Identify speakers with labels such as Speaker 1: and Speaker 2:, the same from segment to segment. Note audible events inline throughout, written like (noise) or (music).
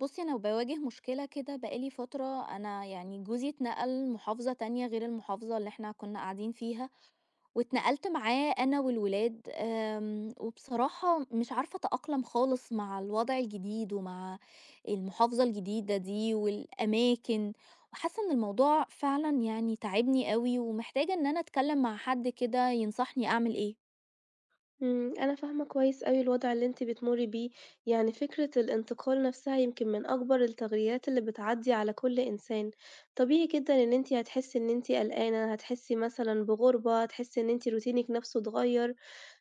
Speaker 1: بُصّي، أنا باواجه مشكلة كده بقى لي فترة، أنا يعني جوزي اتنقل محافظة تانية غير المحافظة اللي إحنا كنا قاعدين فيها، واتنقلت معاه أنا والولاد، وبصراحة مش عارفة أتأقلم خالص مع الوضع الجديد ومع المحافظة الجديدة دي والأماكن، وحاسة إن الموضوع فعلًا يعني تاعبني أوي، ومحتاجة إن أنا أتكلم مع حد كده ينصحني أعمل إيه.
Speaker 2: أنا فاهمة كويس أوي الوضع اللي أنتِ بتمُرّي بيه، يعني فكرة الانتقال نفْسها يمكن من أكبر التغييرات اللي بتعدّي على كلّ إنسان، طبيعي جدًا إن أنتِ هتحسّي إن أنتِ قلقانة، هتحسّي مثلًا بغُربة، هتحسّي إن أنتِ روتينِك نفْسه اتغيّر،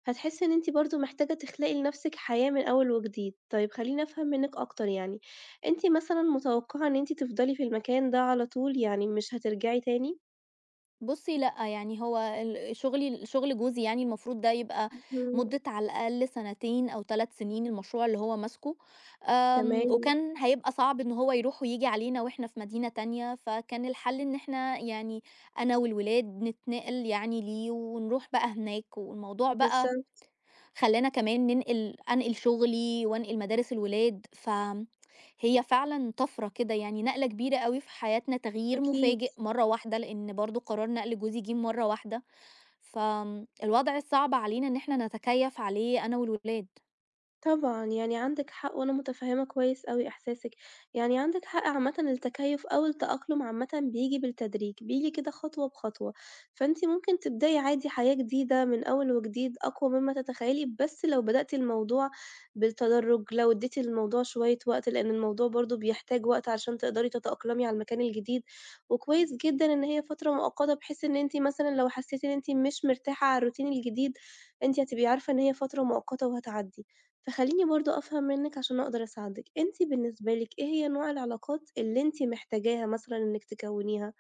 Speaker 2: هتحسّي إن أنتِ برضه محتاجة تخلقي لنفْسِك حياة من أول وجديد. طيب خلّيني أفهم منِّك أكتر يعني، أنتِ مثلًا متوقّعة إن أنتِ تفضلي في المكان ده على طول، يعني مش هترجعي تاني؟
Speaker 1: بُصّي لأ، يعني هو شغلي شغل جوزي يعني المفروض ده يبقى
Speaker 2: اهم،
Speaker 1: مدة على الأقل سنتين أو 3 سنين المشروع اللي هو ماسكه،
Speaker 2: تمام،
Speaker 1: وكان هيبقى صعب إن هو يروح وييجي علينا وإحنا في مدينة تانية، فكان الحل إن إحنا يعني أنا والولاد نتنقل يعني ليه ونروح بقى هناك، والموضوع بقى
Speaker 2: بالضبط،
Speaker 1: خلّانا كمان أنقل شغلي وأنقل مدارس الولاد، فهي فعلًا طَفرة كده يعني نقلة كبيرة أوي في حياتنا، تغيير
Speaker 2: أكيد.
Speaker 1: مفاجئ مرّة واحدة، لإن برضه قرار نقل جوزي جِه مرّة واحدة، الوضع صعب علينا إن إحنا نتكيّف عليه أنا والولاد.
Speaker 2: طبعًا، يعني عندِك حق وأنا متفهّمة كويس أوي إحساسِك، يعني عندِك حق عامةً التكيُّف أو التأقلم عامةً بييجي بالتدريج، بييجي كده خطوة بخطوة، فأنتِ ممكن تبدئي عادي حياة جديدة من أول وجديد أقوى مما تتخيّلي، بس لو بدأتِ الموضوع بالتدرُّج، لو ادّيتِ للموضوع شوية وقت، لإن الموضوع برضه بيحتاج وقت عشان تقدري تتأقلمي على المكان الجديد، وكويس جدًا إن هي فترة مؤقتة بحيث إن أنتِ مثلًا لو حسّيتِ إن أنتِ مش مرتاحة على الروتين الجديد، أنتِ هتبقي عارفة إن هي فترة مؤقتة وهتعدّي. فخلّيني برضه أفهم منِّك عشان أقدر أساعدِك، أنتِ بالنسبة لِك إيه هي نوع العلاقات اللي أنتِ محتاجاها مثلًا إنِّك تكوّنيها؟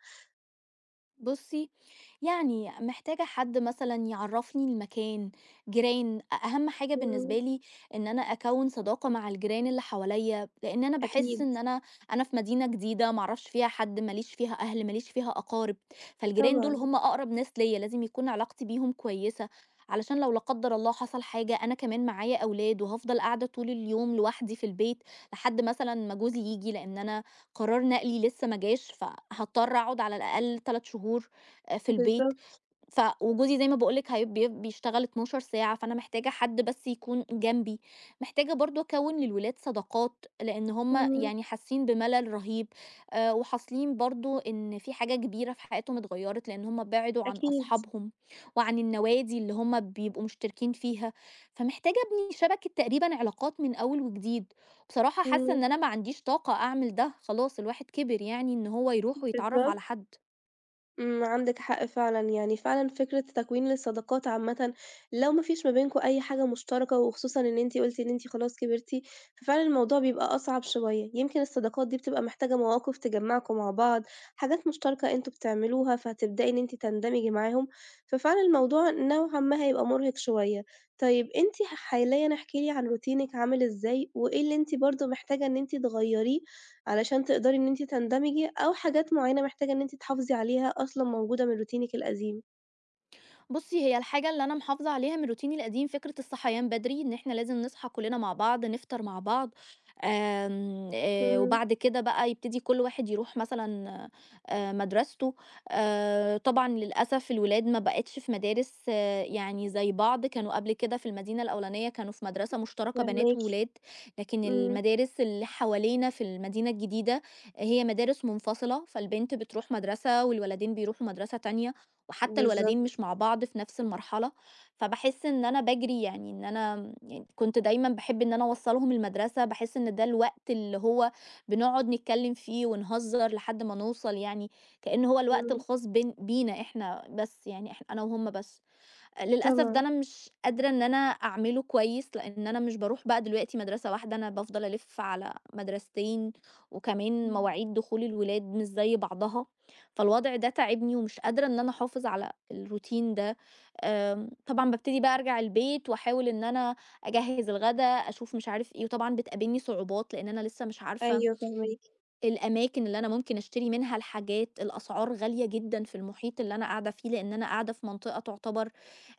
Speaker 1: بُصّي، يعني محتاجة حد مثلًا يعرّفني المكان، جيران، أهم حاجة
Speaker 2: إمم،
Speaker 1: بالنسبة لي إن أنا أكوّن صداقة مع الجيران اللي حواليّا، لإن أنا باحس
Speaker 2: أكيد،
Speaker 1: إن أنا في مدينة جديدة ما أعرفش فيها حد، ما ليش فيها أهل، ما ليش فيها أقارب، فالجيران دول
Speaker 2: طبعًا،
Speaker 1: هم أقرب ناس ليّا، لازم يكون علاقتي بيهم كويسة، علشان لو لا قدّر الله حصل حاجة أنا كمان معايا أولاد وهافضل قاعدة طول اليوم لوحدي في البيت لحد مثلًا ما جوزي ييجي، لإن أنا قرار نقلي لسه ما جاش، فهاضطر أقعد على الأقل 3 شهور في البيت
Speaker 2: بالضبط،
Speaker 1: فوجوزي زي ما باقول لِك هي بي بيشتغل 12 ساعة، فأنا محتاجة حد بس يكون جنبي، محتاجة برضه أكوّن للولاد صداقات، لإن هُم
Speaker 2: إمم،
Speaker 1: يعني حاسين بملل رهيب، وحاصلين برضه إن في حاجة كبيرة في حياتهم اتغيّرت، لإن هُم بعدوا عن
Speaker 2: أكيد،
Speaker 1: أصحابهم وعن النوادي اللي هُم بيبقوا مشتركين فيها، فمحتاجة أبني شبكة تقريبًا علاقات من أول وجديد. بصراحة حاسة
Speaker 2: إمم،
Speaker 1: إن أنا ما عنديش طاقة أعمل ده، خلاص الواحد كبر يعني إن هو يروح ويتعرّف على
Speaker 2: بالضبط.
Speaker 1: حد.
Speaker 2: عندِك حق فعلًا، يعني فعلًا فكرة تكوين الصداقات عامةً لو ما فيش ما بينكم أي حاجة مشتركة، وخصوصًا إن أنتِ قُلتِ إن أنتِ خلاص كبرتِ، ففعلًا الموضوع بيبقى أصعب شوية، يمكن الصداقات دي بتبقى محتاجة مواقف تجمّعكم مع بعض، حاجات مشتركة أنتم بتعملوها، فهتبدئي إن أنتِ تندمجي معاهم، ففعلًا الموضوع نوعًا ما هيبقى مرهق شوية. طيب أنتِ حاليًا احكي لي عن روتينِك عامل إزاي، وإيه اللي أنتِ برضه محتاجة إن أنتِ تغيّريه علشان تقدري إن أنتِ تندمجي، أو حاجات معيّنة محتاجة إن أنتِ تحافظي عليها أصلًا موجودة من روتينِك القديم.
Speaker 1: بُصّي، هي الحاجة اللي أنا محافظة عليها من روتيني القديم فكرة الصحيان بدري، إن إحنا لازم نصحى كلنا مع بعض، نفطر مع بعض، آمم،
Speaker 2: إمم،
Speaker 1: وبعد كده بقى يبتدي كل واحد يروح مثلًا مدرسته. طبعًا للأسف الولاد ما بقتش في مدارس يعني زي بعض، كانوا قبل كده في المدينة الأولانية كانوا في مدرسة مشتركة بنات
Speaker 2: فاهماكِ،
Speaker 1: وولاد، لكن
Speaker 2: إمم،
Speaker 1: المدارس اللي حوالينا في المدينة الجديدة هي مدارس منفصلة، فالبنت بتروح مدرسة والولدين بيروحوا مدرسة تانية. وحتى الولدين
Speaker 2: بالضبط،
Speaker 1: مش مع بعض في نفس المرحلة، فباحس إن أنا باجري يعني إن أنا م يعني كنت دايمًا باحب إن أنا أوصّلهم المدرسة، باحس إن ده الوقت اللي هو بنقعد نتكلّم فيه ونهزّر لحد ما نوصل يعني، كأنه هو الوقت
Speaker 2: إمم،
Speaker 1: الخاص بينا إحنا بس يعني أنا وهُم بس. للأسف ده
Speaker 2: طبعًا،
Speaker 1: أنا مش قادرة إن أنا أعمله كويس، لإن أنا مش باروح بقى دلوقتي مدرسة واحدة، أنا بافضل ألِف على مدرستين، وكمان
Speaker 2: إمم،
Speaker 1: مواعيد دخول الولاد مش زي بعضها، فالوضع ده تاعبني ومش قادرة إن أنا أحافظ على الروتين ده. طبعًا بابتدي بقى أرجع البيت وأحاول إن أنا أجهّز الغدا، أشوف مش عارف إيه، وطبعًا بتقابلني صعوبات لإن أنا لسه مش عارفة
Speaker 2: أيوه فاهماكِ،
Speaker 1: الأماكن اللي أنا ممكن أشتري منها الحاجات، الأسعار غالية جدًا في المحيط اللي أنا قاعدة فيه، لإن أنا قاعدة في منطقة تعتبر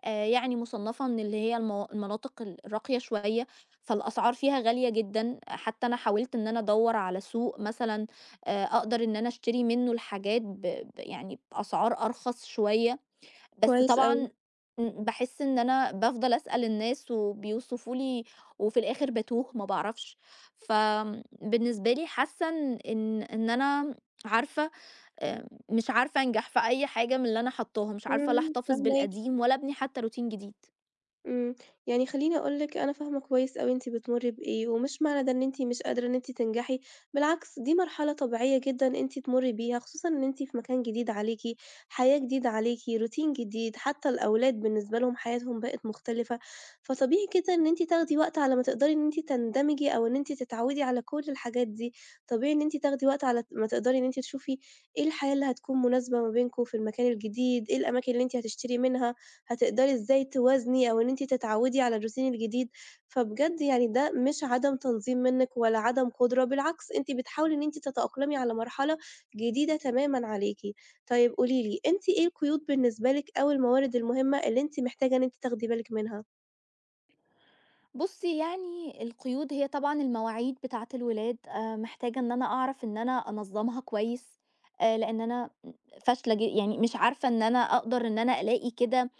Speaker 1: يعني مُصنّفة من اللي هي المناطق الراقية شوية، فالأسعار فيها غالية جدًا، حتى أنا حاولت إن أنا أدوّر على سوق مثلًا أقدر إن أنا أشتري منه الحاجات ب ب يعني بأسعار أرخص شوية. بس
Speaker 2: كويس أوي،
Speaker 1: طبعًا باحس إن أنا بافضل أسأل الناس وبيوصفوا لي وفي الآخر باتوه ما باعرفش، فبالنسبة لي حاسة إن أنا عارفة مش عارفة أنجح في أي حاجة من اللي أنا حاطاها، مش عارفة لا
Speaker 2: إمم،
Speaker 1: أحتفظ
Speaker 2: فاهماكِ.
Speaker 1: بالقديم ولا أبني حتى روتين جديد.
Speaker 2: إمم، يعني خلّيني أقول لِك أنا فاهمة كويس أوي أنتِ بتمُرّي بإيه، ومش معنى ده إن أنتِ مش قادرة إن أنتِ تنجحي، بالعكس دي مرحلة طبيعية جدًا أنتِ تمُرّي بيها، خصوصًا إن أنتِ في مكان جديد عليكِ، حياة جديدة عليكِ، روتين جديد، حتى الأولاد بالنسبة لهم حياتهم بقت مختلفة، فطبيعي جدًا إن أنتِ تاخدي وقت على ما تقدري إن أنتِ تندمجي أو إن أنتِ تتعوّدي على كل الحاجات دي، طبيعي إن أنتِ تاخدي وقت على ما تقدري إن أنتِ تشوفي إيه الحياة اللي هتكون مناسبة ما بينكم في المكان الجديد، إيه الأماكن اللي أنتِ هتشتري منها. هتقدري إزاي توازني أو إن أنتِ تتعودي على الroutine الجديد، فبجد يعني ده مش عدم تنظيم منِّك ولا عدم قدرة، بالعكس أنتِ بتحاولي إن أنتِ تتأقلمي على مرحلة جديدة تمامًا عليكِ. طيب قولي لي، أنتِ إيه القيود بالنسبة لِك أو الموارد المهمة اللي أنتِ محتاجة إن أنتِ تاخدي بالِك منها؟
Speaker 1: بُصّي، يعني القيود هي طبعًا المواعيد بتاعة الولاد، محتاجة إن أنا أعرف إن أنا أنظّمها كويس، لإن أنا م فاشلة يعني مش عارفة إن أنا أقدر إن أنا ألاقي كده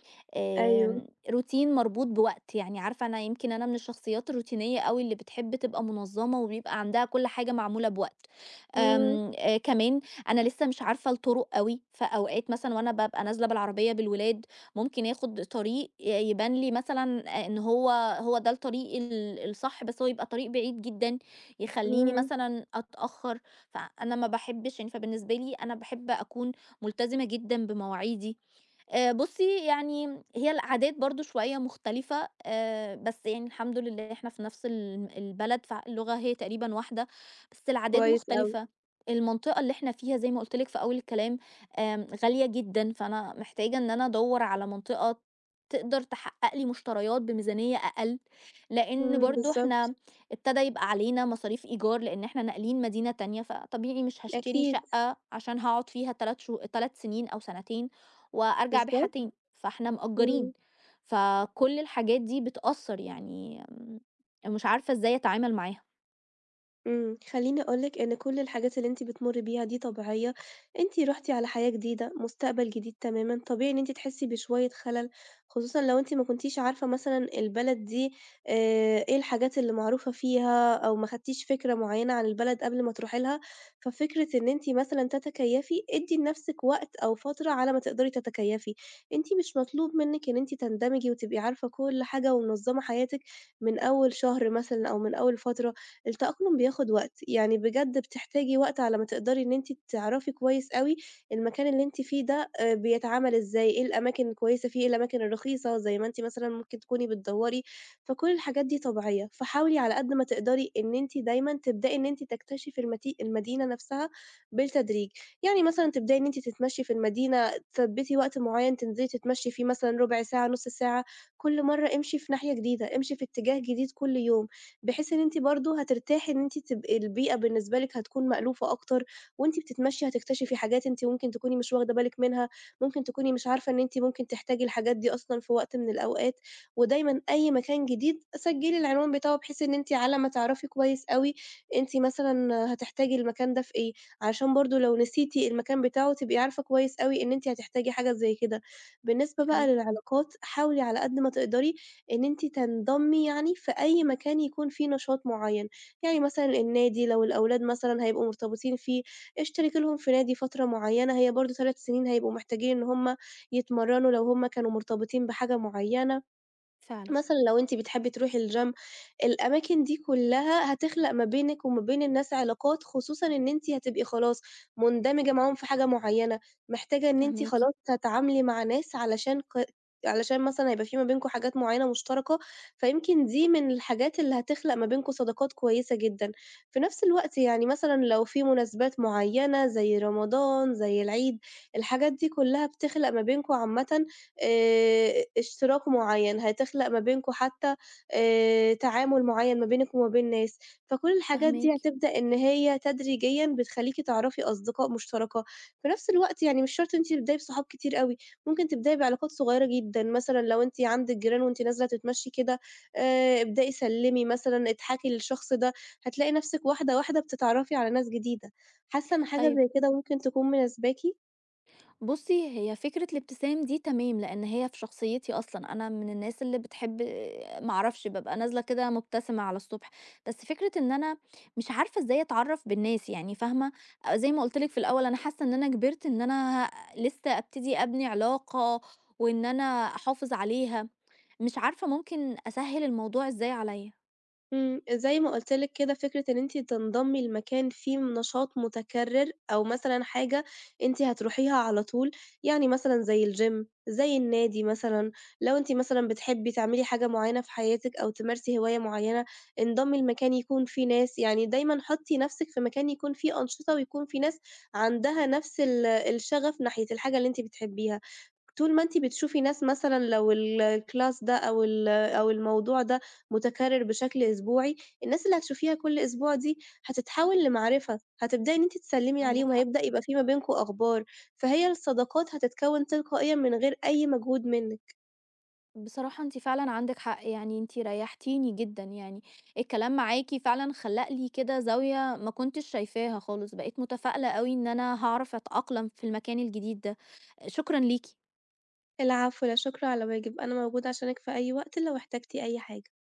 Speaker 2: أيوه،
Speaker 1: آمم routine مربوط بوقت، يعني عارفة أنا يمكن أنا من الشخصيات الروتينية أوي اللي بتحب تبقى منظّمة وبيبقى عندها كل حاجة معمولة بوقت.
Speaker 2: إمم،
Speaker 1: آمم كمان أنا لسه مش عارفة الطرق أوي، فأوقات مثلًا وأنا بابقى نازلة بالعربية بالولاد ممكن ياخد طريق يبان لي مثلًا إن هو ده الطريق الصح، بس هو يبقى طريق بعيد جدًا، يخلّيني
Speaker 2: إمم،
Speaker 1: مثلًا أتأخّر، فأنا ما باحبش يعني فبالنسبة لي أنا باحب أكون ملتزمة جدًا بمواعيدي. بُصّي، يعني هي العادات برضه شوية مختلفة، بس يعني الحمد لله إحنا في نفس البلد، فاللغة هي تقريبًا واحدة، بس العادات
Speaker 2: كويس أوي،
Speaker 1: مختلفة. المنطقة اللي إحنا فيها زي ما قُلت لِك في أول الكلام، غالية جدًا، فأنا محتاجة إن أنا أدوّر على منطقة تقدر تحقق لي مشتريات بميزانية أقل، لإن
Speaker 2: إمم،
Speaker 1: برضه
Speaker 2: بالضبط،
Speaker 1: إحنا ابتدى يبقى علينا مصاريف إيجار، لإن إحنا ناقلين مدينة تانية، فطبيعي مش هاشتري
Speaker 2: أكيد،
Speaker 1: شقة عشان هاقعد فيها 3 سنين أو سنتين. وأرجع أبيعها
Speaker 2: بالضبط،
Speaker 1: تاني، فإحنا مأجّرين،
Speaker 2: إمم.
Speaker 1: فكل الحاجات دي بتأثّر يعني مش عارفة إزاي أتعامل معاها.
Speaker 2: خلّيني أقول لِك إن كل الحاجات اللي أنتِ بتمُرّي بيها دي طبيعية، أنتِ رُحتِ على حياة جديدة، مستقبل جديد تمامًا، طبيعي إن أنتِ تحسّي بشوية خَلَل، خصوصًا لو أنتِ ما كنتيش عارفة مثلًا البلد دي إيه الحاجات اللي معروفة فيها أو ما خدتيش فكرة معيّنة عن البلد قبل ما تروحي لها، ففكرة إن أنتِ مثلًا تتكيّفي، ادّي لنَفْسِك وقت أو فترة على ما تقدري تتكيّفي، أنتِ مش مطلوب منِّك إن أنتِ تندمجي وتبقي عارفة كل حاجة ومنظّمة حياتِك من أول شهر مثلًا أو من أول فترة. التأقلم بياخد وقت، يعني بجد بتحتاجي وقت على ما تقدري إن أنتِ تعرفي كويس أوي المكان اللي أنتِ فيه ده بيتعامل إزاي، إيه الأماكن الكويسة فيه، إيه الأماكن الرخيصة زي ما أنتِ مثلًا ممكن تكوني بتدوّري، فكل الحاجات دي طبيعية، فحاولي على قد ما تقدري إن أنتِ دايمًا تبدئي إن أنتِ تكتشفي المدينة نفسها بالتدريج، يعني مثلًا تبدئي إن أنتِ تتمشي في المدينة، تثبّتي وقت معيّن تنزلي تتمشي فيه مثلًا ربع ساعة، نُص ساعة، كل مرّة امشي في ناحية جديدة، امشي في اتجاه جديد كل يوم. بحيث إن أنتِ برضه هترتاحي إن أنتِ تبقي البيئة بالنسبة لِك هتكون مألوفة أكتر، وأنتِ بتتمشّي هتكتشفي حاجات أنتِ ممكن تكوني مش واخدة بالِك منها، ممكن تكوني مش عارفة إن أنتِ ممكن تحتاجي الحاجات دي أصلًا في وقت من الأوقات، ودايمًا أي مكان جديد سجّلي العنوان بتاعه بحيث إن أنتِ على ما تعرفي كويس أوي أنتِ مثلًا هتحتاجي المكان ده في إيه، علشان برضه لو نسيتِ المكان بتاعه تبقي عارفة كويس أوي إن أنتِ هتحتاجي حاجة زي كده. بالنسبة بقى
Speaker 1: حلو،
Speaker 2: للعلاقات، حاولي على قد ما تقدري إن أنتِ تنضمي يعني في أي مكان يكون فيه نشاط معيّن، يعني مثلًا النادي لو الأولاد مثلًا هيبقوا مرتبطين فيه، اشتركي لهم في نادي فترة معيّنة، هي برضه 3 سنين هيبقوا محتاجين إن هُم يتمرّنوا لو هُم كانوا مرتبطين بحاجة معيّنة.
Speaker 1: فعلًا،
Speaker 2: مثلًا لو أنتِ بتحبي تروحي الgym الأماكن دي كلّها هتخلق ما بينِك وما بين الناس علاقات، خصوصًا إن أنتِ هتبقي خلاص مندمجة معاهم في حاجة معيّنة، محتاجة إن أنتِ
Speaker 1: فاهماكِ،
Speaker 2: خلاص تتعاملي مع ناس علشان علشان مثلًا هيبقى في ما بينكم حاجات معيّنة مشتركة، فيمكن دي من الحاجات اللي هتخلق ما بينكم صداقات كويسة جدًا. في نفس الوقت يعني مثلًا لو في مناسبات معيّنة زي رمضان، زي العيد، الحاجات دي كلّها بتخلق ما بينكم عامةً اشتراك معيّن، هتخلق ما بينكم حتى تعامل معيّن ما بينِك وما بين ناس، فكل الحاجات دي
Speaker 1: فاهماكِ.
Speaker 2: هتبدأ إن هي تدريجيًا بتخلّيكِ تعرفي أصدقاء مشتركة، في نفس الوقت يعني مش شرط إن أنتِ تبدأي بصحاب كتير أوي، ممكن تبدأي بعلاقات صغيّرة جدًا، مثلًا لو أنتِ عندِك جيران وأنتِ نازلة تتمشي كده ابدئي سلّمي مثلًا، اضحكي للشخص ده، هتلاقي نفسِك واحدة، واحدة بتتعرفي على ناس جديدة، حاسة إن حاجة
Speaker 1: طيب
Speaker 2: زي كده ممكن تكون مناسباكِ؟
Speaker 1: بُصّي، هي فكرة الابتسام دي تمام، لإن هي في شخصيتي أصلًا، أنا من الناس اللي بتحب (laughs) ما أعرفش بابقى نازلة كده مبتسمة على الصبح، بس فكرة إن أنا مش عارفة إزاي أتعرّف بالناس يعني فاهمة، زي ما قُلت لِك في الأول أنا حاسة إن أنا كبرت لسه أبتدي أبني علاقة وإن أنا أحافظ عليها، مش عارفة ممكن أسهّل الموضوع إزاي عليّا،
Speaker 2: زي ما قُلت لِك كده فكرة إن أنتِ تنضمي لمكان فيه نشاط متكرر، أو مثلًا حاجة أنتِ هتروحيها على طول، يعني مثلًا زي الGym، زي النادي مثلًا، لو أنتِ مثلًا بتحبي تعملي حاجة معيّنة في حياتِك أو تمارسي هواية معيّنة، انضمي لمكان يكون فيه ناس، يعني دايمًا حُطّي نَفْسِك في مكان يكون فيه أنشطة ويكون فيه ناس عندها نَفْس الشغف ناحية الحاجة اللي أنتِ بتحبيها. طول ما أنتِ بتشوفي ناس مثلًا لو الclass ده أو الموضوع ده متكرر بشكل أسبوعي، الناس اللي هتشوفيها كل أسبوع دي هتتحول لمعرفة، هتبدئي إن أنتِ تسلِّمي
Speaker 1: عندك
Speaker 2: عليهم،
Speaker 1: حق.
Speaker 2: هيبدأ يبقى في ما بينكم أخبار، فهي الصداقات هتتكوّن تلقائيًا من غير أي مجهود منِّك.
Speaker 1: بصراحة أنتِ فعلًا عندِك حق، يعني أنتِ ريحتيني جدًا يعني، الكلام معاكِ فعلًا خلّق لي كده زاوية ما كنتش شايفاها خالص، بقيت متفائلة أوي إن أنا هاعرف أتأقلم في المكان الجديد ده، شكرًا ليكِ.
Speaker 2: العفو، لا شكر على واجب، أنا موجودة عشانِك في أي وقت لو احتجتِ أي حاجة.